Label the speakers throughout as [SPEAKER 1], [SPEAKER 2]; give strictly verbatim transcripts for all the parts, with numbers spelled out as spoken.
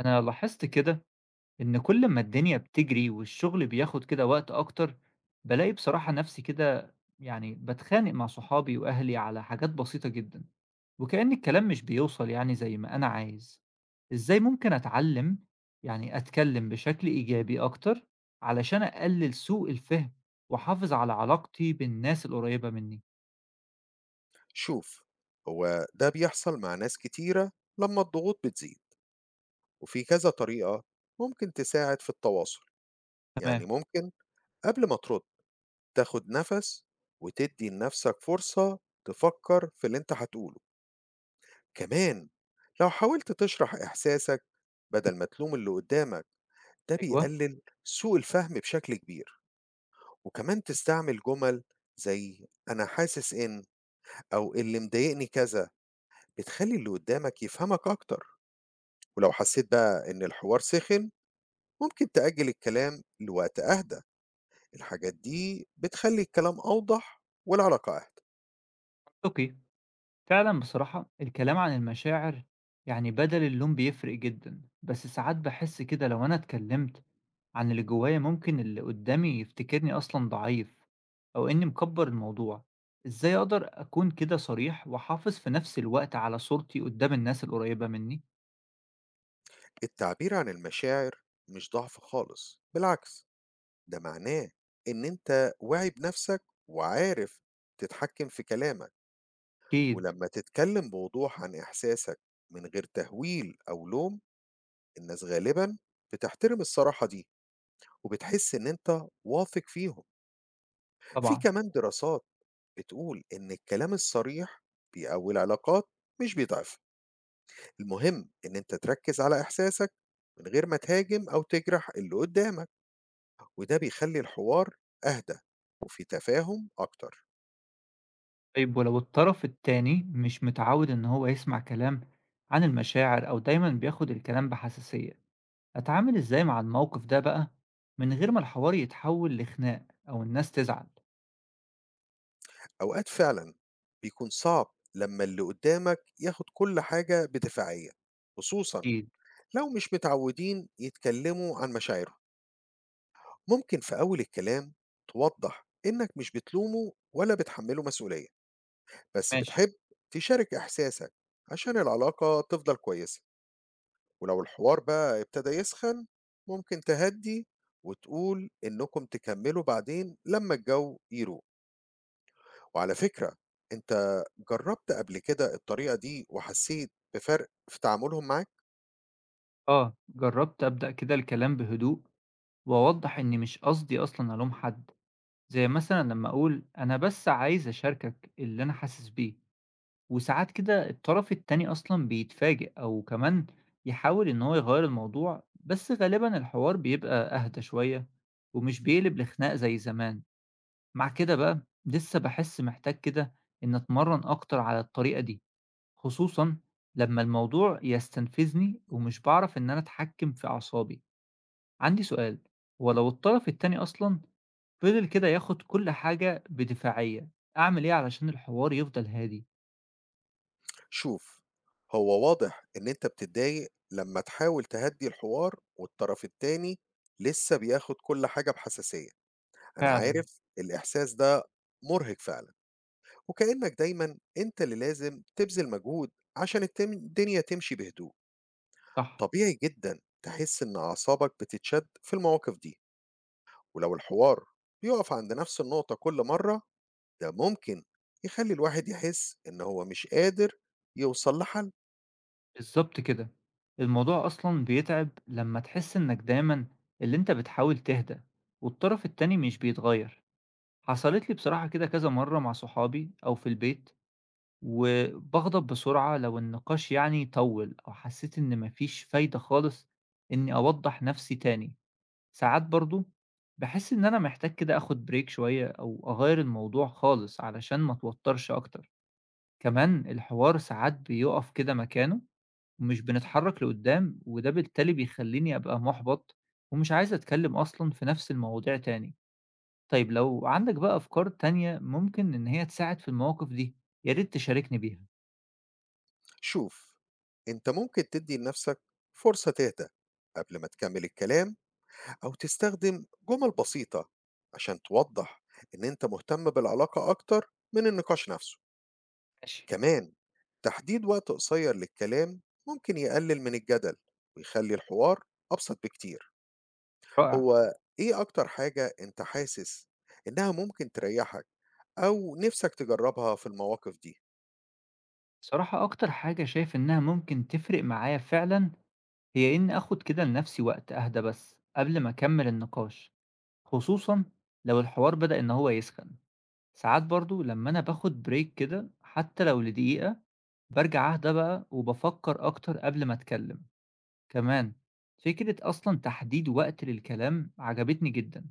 [SPEAKER 1] أنا لاحظت كده إن كل ما الدنيا بتجري والشغل بياخد كده وقت أكتر، بلاقي بصراحة نفسي كده يعني بتخانق مع صحابي وأهلي على حاجات بسيطة جدا، وكأن الكلام مش بيوصل يعني زي ما أنا عايز. إزاي ممكن أتعلم يعني أتكلم بشكل إيجابي أكتر علشان أقلل سوء الفهم وأحافظ على علاقتي بالناس القريبة مني؟
[SPEAKER 2] شوف، هو ده بيحصل مع ناس كتيرة لما الضغوط بتزيد، وفي كذا طريقة ممكن تساعد في التواصل. يعني
[SPEAKER 1] تمام.
[SPEAKER 2] ممكن قبل ما ترد تاخد نفس وتدي لنفسك فرصة تفكر في اللي انت هتقوله. كمان لو حاولت تشرح إحساسك بدل ما تلوم اللي قدامك، ده
[SPEAKER 1] أيوه.
[SPEAKER 2] بيقلل سوء الفهم بشكل كبير. وكمان تستعمل جمل زي أنا حاسس إن، أو اللي مضايقني كذا، بتخلي اللي قدامك يفهمك أكتر. ولو حسيت بقى إن الحوار سخن، ممكن تأجل الكلام لوقت أهدى. الحاجات دي بتخلي الكلام أوضح والعلاقة أهدى.
[SPEAKER 1] أوكي. فعلًا بصراحة الكلام عن المشاعر يعني بدل اللوم بيفرق جدًا، بس ساعات باحس كده لو أنا اتكلمت عن اللي جوايا ممكن اللي قدامي يفتكرني أصلًا ضعيف أو إني مكبّر الموضوع. إزاي أقدر أكون كده صريح وأحافظ في نفس الوقت على صورتي قدام الناس القريبة مني؟
[SPEAKER 2] التعبير عن المشاعر مش ضعف خالص، بالعكس، ده معناه إن أنت واعي بنفسك وعارف تتحكم في كلامك.
[SPEAKER 1] أكيد.
[SPEAKER 2] ولما تتكلم بوضوح عن إحساسك من غير تهويل أو لوم، الناس غالبا بتحترم الصراحة دي وبتحس إن أنت واثق فيهم. في
[SPEAKER 1] طبعًا.
[SPEAKER 2] كمان دراسات بتقول إن الكلام الصريح بيقوي العلاقات مش بيضعفها. المهم إن أنت تركز على إحساسك من غير ما تهاجم أو تجرح اللي قدامك، وده بيخلي الحوار أهدى وفي تفاهم أكتر.
[SPEAKER 1] طيب ولو الطرف التاني مش متعود إن هو يسمع كلام عن المشاعر أو دايمًا بياخد الكلام بحساسية، أتعامل إزاي مع الموقف ده بقى من غير ما الحوار يتحول لخناق أو الناس تزعل؟
[SPEAKER 2] أوقات فعلا بيكون صعب لما اللي قدامك ياخد كل حاجة بدفاعية، خصوصا
[SPEAKER 1] أكيد.
[SPEAKER 2] لو مش متعودين يتكلموا عن مشاعرهم. ممكن في أول الكلام توضح إنك مش بتلومه ولا بتحمله مسؤولية، بس
[SPEAKER 1] ماشي.
[SPEAKER 2] بتحب تشارك إحساسك عشان العلاقة تفضل كويسة. ولو الحوار بقى ابتدى يسخن، ممكن تهدي وتقول إنكم تكملوا بعدين لما الجو يروق. وعلى فكرة، أنت جربت قبل كده الطريقة دي وحسيت بفرق في تعاملهم معاك؟
[SPEAKER 1] آه، جربت أبدأ كده الكلام بهدوء وأوضح إني مش قصدي أصلا ألوم حد، زي مثلا لما أقول أنا بس عايز أشاركك اللي أنا حاسس بيه. وساعات كده الطرف التاني أصلا بيتفاجئ أو كمان يحاول إن هو يغير الموضوع، بس غالبا الحوار بيبقى أهدى شوية ومش بيقلب لخناق زي زمان. مع كده بقى لسه باحس محتاج كده إني أتمرّن أكتر على الطريقة دي، خصوصًا لمّا الموضوع يستنفذني ومش باعرف إن أنا أتحكّم في أعصابي. عندي سؤال، هو لو الطرف التاني أصلًا فضل كده ياخد كل حاجة بدفاعية، أعمل إيه علشان الحوار يفضل هادي؟
[SPEAKER 2] شوف، هو واضح إن أنت بتتضايق لما تحاول تهدي الحوار والطرف التاني لسه بياخد كل حاجة بحساسية. أنا
[SPEAKER 1] فعلًا.
[SPEAKER 2] عارف الإحساس ده، مرهق فعلا، وكأنك دايما أنت اللي لازم تبذل مجهود عشان التم- الدنيا تمشي بهدوء.
[SPEAKER 1] صح.
[SPEAKER 2] طبيعي جدا تحس إن أعصابك بتتشد في المواقف دي، ولو الحوار بيقف عند نفس النقطة كل مرة، ده ممكن يخلي الواحد يحس إن هو مش قادر يوصل لحل.
[SPEAKER 1] بالضبط كده. الموضوع أصلًا بيتعب لمّا تحس إنك دايمًا اللي أنت بتحاول تهدى والطرف التاني مش بيتغيّر. حصلت لي بصراحة كده كذا مرة مع صحابي أو في البيت، وباغضب بسرعة لو النقاش يعني طول أو حسيت إن مفيش فايدة خالص إني أوضح نفسي تاني. ساعات برضو بحس إن أنا محتاج كده أخد بريك شوية أو أغير الموضوع خالص علشان ما أتوترش أكتر. كمان الحوار ساعات بيقف كده مكانه ومش بنتحرك لقدام، وده بالتالي بيخليني أبقى محبط ومش عايز أتكلم أصلا في نفس المواضيع تاني. طيب لو عندك بقى أفكار تانية ممكن إن هي تساعد في المواقف دي، يا ريت تشاركني بيها.
[SPEAKER 2] شوف، أنت ممكن تدي لنفسك فرصة تهدى قبل ما تكمل الكلام، أو تستخدم جمل بسيطة عشان توضح إن أنت مهتم بالعلاقة أكتر من النقاش نفسه.
[SPEAKER 1] ماشي.
[SPEAKER 2] كمان تحديد وقت قصير للكلام ممكن يقلل من الجدل ويخلي الحوار أبسط بكتير.
[SPEAKER 1] رائع.
[SPEAKER 2] هو إيه أكتر حاجة أنت حاسس إنها ممكن تريحك أو نفسك تجربها في المواقف دي؟
[SPEAKER 1] بصراحة أكتر حاجة شايف إنها ممكن تفرق معايا فعلًا هي إني آخد كده لنفسي وقت أهدى بس قبل ما أكمل النقاش، خصوصًا لو الحوار بدأ إن هو يسخن. ساعات برضه لما أنا باخد بريك كده حتى لو لدقيقة، بارجع أهدى بقى وبافكر أكتر قبل ما أتكلم. كمان فكرة أصلا تحديد وقت للكلام عجبتني جدا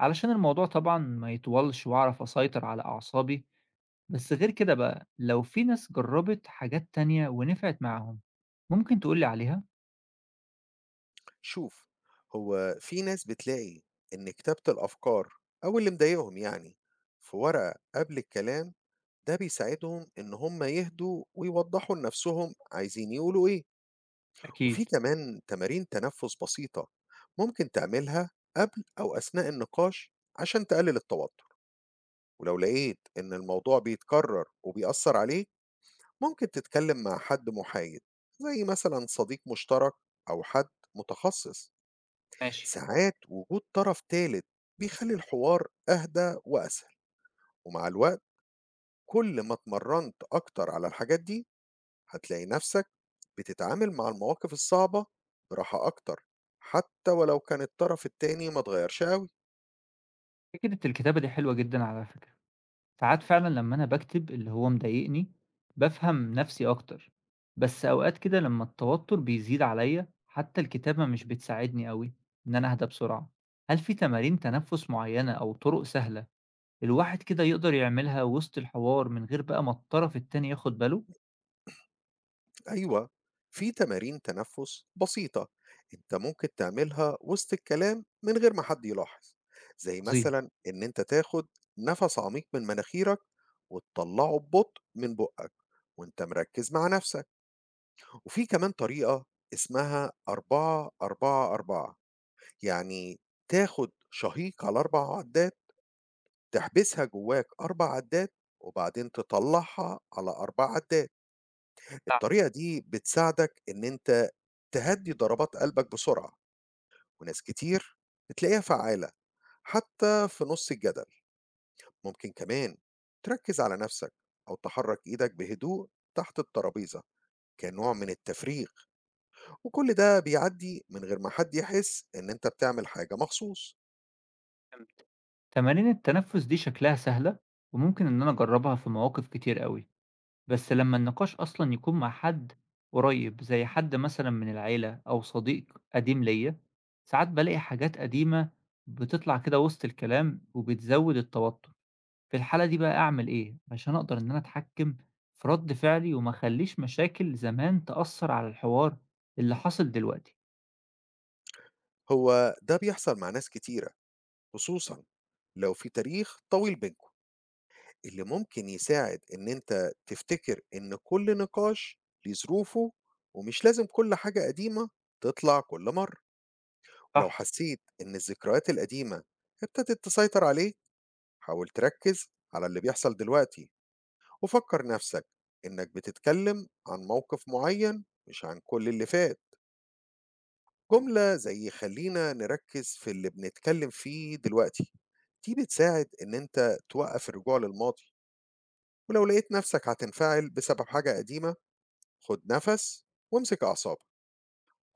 [SPEAKER 1] علشان الموضوع طبعا ما يطولش وأعرف أسيطر على أعصابي. بس غير كده بقى لو في ناس جربت حاجات تانية ونفعت معاهم، ممكن تقولي عليها؟
[SPEAKER 2] شوف، هو في ناس بتلاقي إن كتابة الأفكار أو اللي مضايقهم يعني في ورقة قبل الكلام، ده بيساعدهم إن هم يهدوا ويوضحوا لنفسهم عايزين يقولوا إيه. وفي
[SPEAKER 1] أكيد.
[SPEAKER 2] كمان تمارين تنفس بسيطة ممكن تعملها قبل أو أثناء النقاش عشان تقلل التوتر. ولو لقيت إن الموضوع بيتكرر وبيأثر عليك، ممكن تتكلم مع حد محايد زي مثلا صديق مشترك أو حد متخصص.
[SPEAKER 1] ماشي.
[SPEAKER 2] ساعات وجود طرف تالت بيخلي الحوار أهدى وأسهل، ومع الوقت، كل ما اتمرنت أكتر على الحاجات دي، هتلاقي نفسك بتتعامل مع المواقف الصعبة براحة أكتر، حتى ولو كان الطرف التاني ما اتغيرش أوي.
[SPEAKER 1] فكرة الكتابة دي حلوة جدا على فكرة، ساعات فعلًا لمّا أنا باكتب اللي هو مضايقني بافهم نَفْسي أكتر، بس أوقات كده لمّا التوتر بيزيد عليّا، حتى الكتابة مش بتساعدني أوي إن أنا أهدى بسرعة. هل في تمارين تنفُّس معيّنة أو طُرق سهلة الواحد كده يقدر يعملها وسط الحوار من غير بقى ما الطرف التاني ياخد باله؟
[SPEAKER 2] أيوة، في تمارين تنفس بسيطة أنت ممكن تعملها وسط الكلام من غير ما حد يلاحظ، زي
[SPEAKER 1] عظيم.
[SPEAKER 2] مثلا إن أنت تاخد نفس عميق من مناخيرك وتطلعه ببطء من بقك وأنت مركز مع نفسك. وفي كمان طريقة اسمها أربعة أربعة أربعة، يعني تاخد شهيق على أربع عدات، تحبسها جواك أربع عدّات، وبعدين تطلّعها على أربعة عدّات.
[SPEAKER 1] نعم.
[SPEAKER 2] الطريقة دي بتساعدك إن أنت تهدّي ضربات قلبك بسرعة، وناس كتير بتلاقيها فعّالة حتى في نُص الجدل. ممكن كمان تركّز على نَفْسك أو تحرّك إيدك بهدوء تحت الترابيزة كنوع من التفريغ، وكل ده بيعدّي من غير ما حد يحس إن أنت بتعمل حاجة مخصوص.
[SPEAKER 1] فهمت. تمارين التنفُّس دي شكلها سهلة وممكن إن أنا أجرّبها في مواقف كتير أوي. بس لمّا النقاش أصلًا يكون مع حد قريب، زي حد مثلًا من العيلة أو صديق قديم ليّا، ساعات بالاقي حاجات قديمة بتطلع كده وسط الكلام وبتزود التوتر. في الحالة دي بقى أعمل إيه عشان أقدر إن أنا أتحكم في رد فعلي وما أخلّيش مشاكل زمان تأثّر على الحوار اللي حاصل دلوقتي؟
[SPEAKER 2] هو ده بيحصل مع ناس كتيرة، خصوصًا لو في تاريخ طويل بينكم. اللي ممكن يساعد إن أنت تفتكر إن كل نقاش ليه ظروفه ومش لازم كل حاجة قديمة تطلع كل مرة. ولو
[SPEAKER 1] صح.
[SPEAKER 2] حسيت إن الذكريات القديمة ابتدت تسيطر عليك، حاول تركز على اللي بيحصل دلوقتي، وفكر نفسك إنك بتتكلم عن موقف معين مش عن كل اللي فات.
[SPEAKER 1] قُل لي.
[SPEAKER 2] جملة زي خلينا نركز في اللي بنتكلم فيه دلوقتي، دي بتساعد إن أنت توقف الرجوع للماضي. ولو لقيت نفسك هتنفعل بسبب حاجة قديمة، خد نفس وامسك أعصابك.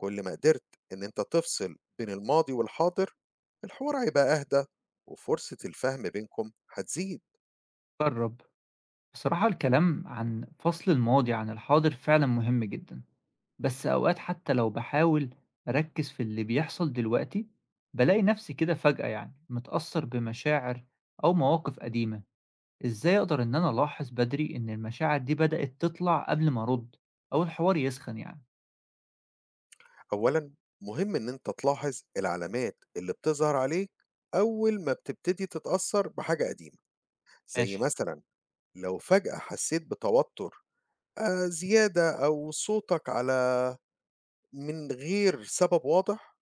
[SPEAKER 2] كل ما قدرت إن أنت تفصل بين الماضي والحاضر، الحوار هيبقى أهدى وفرصة الفهم بينكم هتزيد.
[SPEAKER 1] جرّب. بصراحة الكلام عن فصل الماضي عن الحاضر فعلًا مهم جدًا. بس أوقات حتى لو باحاول أركّز في اللي بيحصل دلوقتي، بالاقي نفسي كده فجأة يعني متأثّر بمشاعر أو مواقف قديمة. إزاي أقدر إن أنا ألاحظ بدري إن المشاعر دي بدأت تطلع قبل ما أرُد أو الحوار يسخن يعني؟
[SPEAKER 2] أولا، مهم إن أنت تلاحظ العلامات اللي بتظهر عليك أول ما بتبتدي تتأثر بحاجة قديمة. زي
[SPEAKER 1] ماشي.
[SPEAKER 2] مثلا لو فجأة حسيت بتوتر، آه، زيادة أو صوتك على من غير سبب واضح.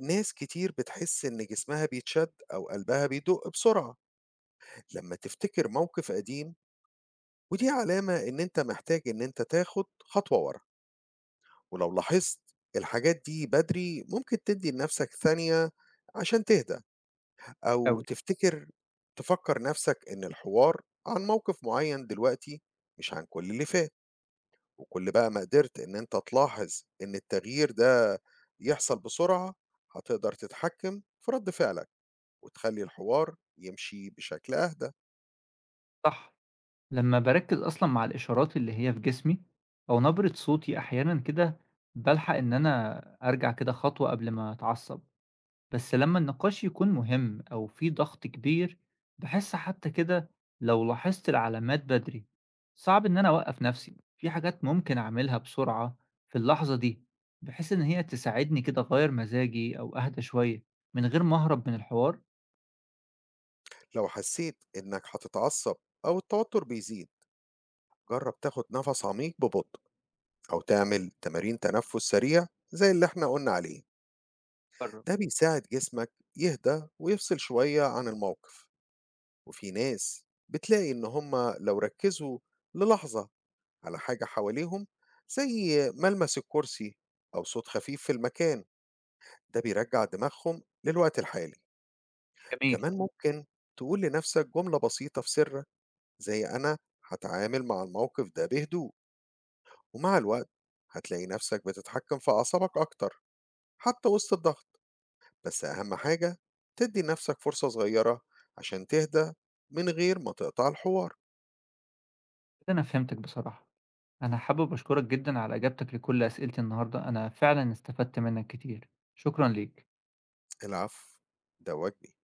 [SPEAKER 2] ناس كتير بتحس إن جسمها بيتشد أو قلبها بيدق بسرعة لما تفتكر موقف قديم، ودي علامة إن أنت محتاج إن أنت تاخد خطوة ورا. ولو لاحظت الحاجات دي بدري، ممكن تدي لنفسك ثانية عشان تهدى أو
[SPEAKER 1] أوي.
[SPEAKER 2] تفتكر، تفكر نفسك إن الحوار عن موقف معين دلوقتي مش عن كل اللي فات. وكل بقى ما قدرت إن أنت تلاحظ إن التغيير ده يحصل بسرعة، هتقدر تتحكم في رد فعلك وتخلّي الحوار يمشي بشكل أهدى.
[SPEAKER 1] صح. لمّا باركّز أصلًا مع الإشارات اللي هي في جسمي أو نبرة صوتي أحيانًا كده، بالحق إن أنا أرجع كده خطوة قبل ما أتعصب. بس لما النقاش يكون مهم أو في ضغط كبير بحس حتى كده لو لاحظت العلامات بدري، صعب إن أنا أوقف نفسي في حاجات ممكن أعملها بسرعة في اللحظة دي بحيث إن هي تساعدني كده أغير مزاجي أو أهدى شوية من غير ما أهرب من الحوار.
[SPEAKER 2] لو حسّيت إنّك هتتعصّب أو التوتر بيزيد، جرّب تاخُد نَفَس عميق ببطء أو تعمل تمارين تنفُّس سريع زي اللي إحنا قُلنا عليه،
[SPEAKER 1] بره.
[SPEAKER 2] ده بيساعد جسمك يهدى ويفصل شوية عن الموقف. وفي ناس بتلاقي إن هم لو ركّزوا للحظة على حاجة حواليهم زي ملمس الكرسي أو صوت خفيف في المكان، ده بيرجّع دماغهم للوقت الحالي.
[SPEAKER 1] جميل.
[SPEAKER 2] كمان ممكن تقول لنفسك جملة بسيطة في سرك زي أنا هتعامل مع الموقف ده بهدوء. ومع الوقت هتلاقي نفسك بتتحكم في أعصابك أكتر حتى وسط الضغط. بس أهم حاجة تدي نفسك فرصة صغيرة عشان تهدى من غير ما تقطع الحوار.
[SPEAKER 1] كده أنا فهمتك بصراحة. أنا حابب أشكرك جدا على إجابتك لكل أسئلتي النهاردة، أنا فعلا استفدت منك كتير. شكرا ليك.
[SPEAKER 2] العفو، ده واجبي.